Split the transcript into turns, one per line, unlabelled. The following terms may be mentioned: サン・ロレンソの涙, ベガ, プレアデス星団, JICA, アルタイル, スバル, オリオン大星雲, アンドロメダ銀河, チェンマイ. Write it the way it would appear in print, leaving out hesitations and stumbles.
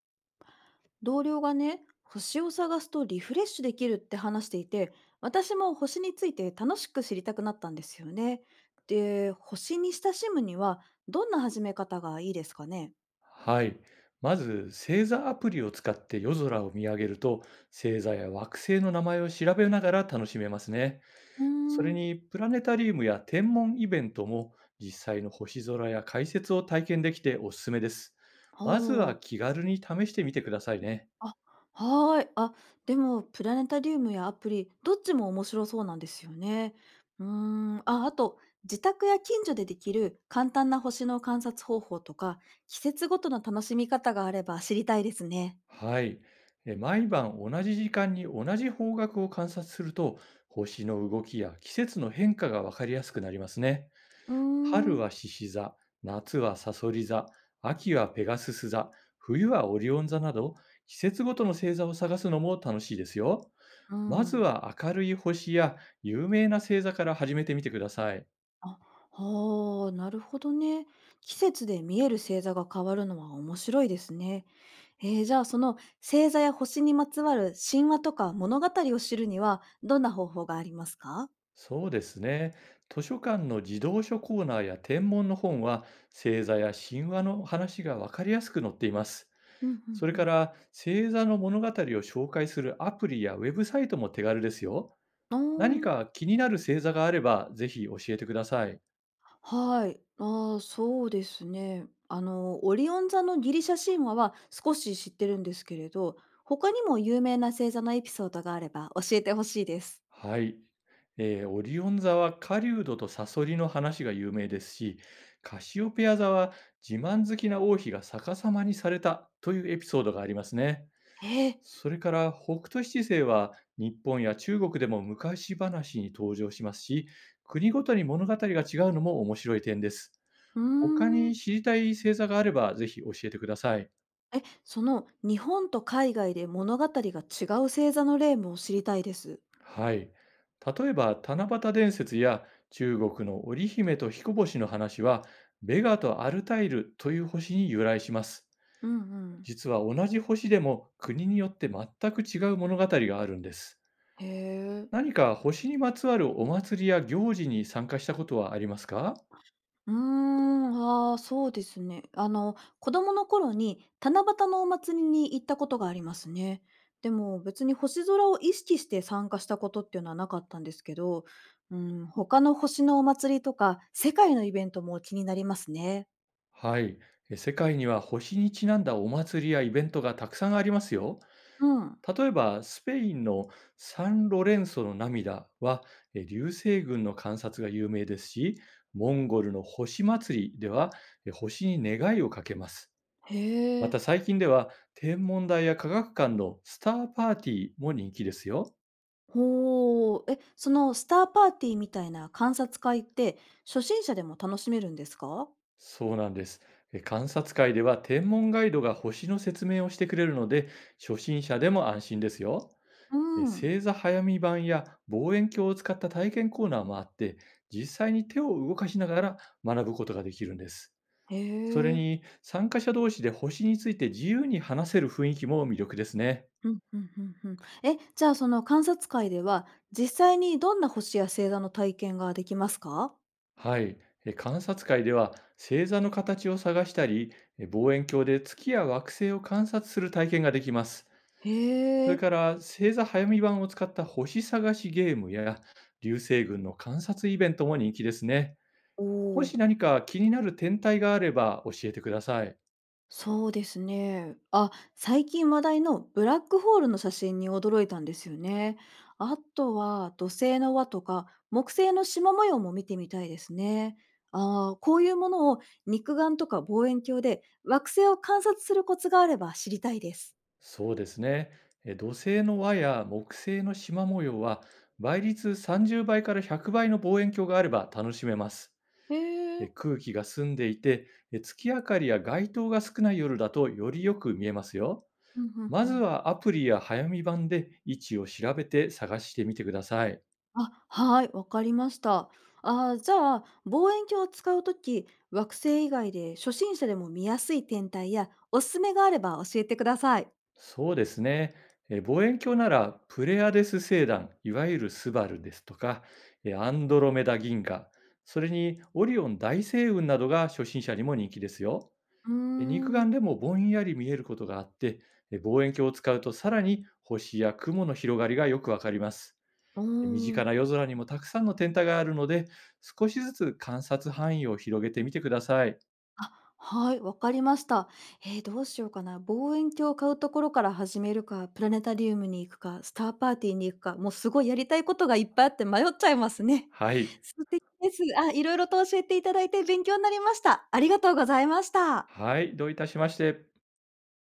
同僚がね、星を探すとリフレッシュできるって話していて、私も星について楽しく知りたくなったんですよね。で、星に親しむにはどんな始め方がいいですかね？
はい。まず、星座アプリを使って夜空を見上げると、星座や惑星の名前を調べながら楽しめますね。
うー
それ
ん、
に、プラネタリウムや天文イベントも、実際の星空や解説を体験できておすすめです。まずは
はあ。
気軽に試してみてくださいね。
あ、はーい。あ、でも、プラネタリウムやアプリ、どっちも面白そうなんですよね。あ、あと、自宅や近所でできる簡単な星の観察方法とか、季節ごとの楽しみ方があれば知りたいですね。
はい。毎晩同じ時間に同じ方角を観察すると、星の動きや季節の変化がわかりやすくなりますね。
うー
春
ん。
は獅子座、夏はサソリ座、秋はペガスス座、冬はオリオン座など、季節ごとの星座を探すのも楽しいですよ。
う
まず
ん。
は明るい星や有名な星座から始めてみてください。
あ、はあ、なるほどね。季節で見える星座が変わるのは面白いですね。じゃあその星座や星にまつわる神話とか物語を知るにはどんな方法がありますか？
そうですね。図書館の児童書コーナーや天文の本は、星座や神話の話がわかりやすく載っています。
うんうん
それ
う
か
ん。
ら、星座の物語を紹介するアプリやウェブサイトも手軽ですよ。何
あ
か気になる星座があれば、ぜひ教えてください。
あはい。ああ、そうですね。オリオン座のギリシャ神話は少し知ってるんですけれど、他にも有名な星座のエピソードがあれば教えてほしいです。
はい。オリオン座は狩人とサソリの話が有名ですし、カシオペア座は自慢好きな王妃が逆さまにされたというエピソードがありますね。
ええ
それから北斗七星は日本や中国でも昔話に登場しますし、国ごとに物語が違うのも面白い点です。
うー
他
ん。
に知りたい星座があればぜひ教えてください。
え、その日本と海外で物語が違う星座の例も知りたいです。
はい。例えば、七夕伝説や中国の織姫と彦星の話は、ベガとアルタイルという星に由来します。
うんうん。
実は同じ星でも国によって全く違う物語があるんです。
へえ。
何か星にまつわるお祭りや行事に参加したことはありますか？
うーん、ああ、そうですね。子供の頃に七夕のお祭りに行ったことがありますね。でも別に星空を意識して参加したことっていうのはなかったんですけど、うん、他の星のお祭りとか世界のイベントも気になりますね。
はい。世界には星にちなんだお祭りやイベントがたくさんありますよ。
うん。
例えば、スペインのサン・ロレンソの涙は、流星群の観察が有名ですし、モンゴルの星祭りでは、星に願いをかけます。
へ
ま
え。
た最近では、天文台や科学館のスターパーティーも人気ですよ。
ほう。え、そのスターパーティーみたいな観察会って、初心者でも楽しめるんですか？
そうなんです。観察会では天文ガイドが星の説明をしてくれるので、初心者でも安心ですよ。
うん。
正座早見版や望遠鏡を使った体験コーナーもあって、実際に手を動かしながら学ぶことができるんです。
へ
それ
え。
に参加者同士で星について自由に話せる雰囲気も魅力ですね。
うん、うんうんうん。え、じゃあ、その観察会では、実際にどんな星や星座の体験ができますか？
はい。観察会では星座の形を探したり、望遠鏡で月や惑星を観察する体験ができます。
へ
それ
え。
から星座早見版を使った星探しゲームや流星群の観察イベントも人気ですね。
お
もし
お。
何か気になる天体があれば教えてください。
そうですね。あ、最近話題のブラックホールの写真に驚いたんですよね。あとは土星の輪とか木星の縞模様も見てみたいですね。ああ、こういうものを肉眼とか望遠鏡で惑星を観察するコツがあれば知りたいです。
そうですね。土星の輪や木星の縞模様は倍率30倍から100倍の望遠鏡があれば楽しめます。
へえ、
空気が澄んでいて、月明かりや街灯が少ない夜だとよりよく見えますよ。
うんうん
ま
う
ず
ん。
はアプリや早見版で位置を調べて探してみてください。
あ、はい、わかりました。じゃあ望遠鏡を使うとき、惑星以外で初心者でも見やすい天体やおすすめがあれば教えてください。
そうですね。望遠鏡ならプレアデス星団、いわゆるスバルですとか、アンドロメダ銀河、それにオリオン大星雲などが初心者にも人気ですよ。
うー
肉
ん。
眼でもぼんやり見えることがあって、望遠鏡を使うとさらに星や雲の広がりがよくわかります。
お
身
お。
近な夜空にもたくさんの天体があるので、少しずつ観察範囲を広げてみてください。
あ、はい、わかりました。どうしようかな。望遠鏡を買うところから始めるか、プラネタリウムに行くか、スターパーティーに行くか、もうすごいやりたいことがいっぱいあって迷っちゃいますね。
はい。
素敵です。あ、いろいろと教えていただいて勉強になりました。ありがとうございました。
はい。どういたしまして。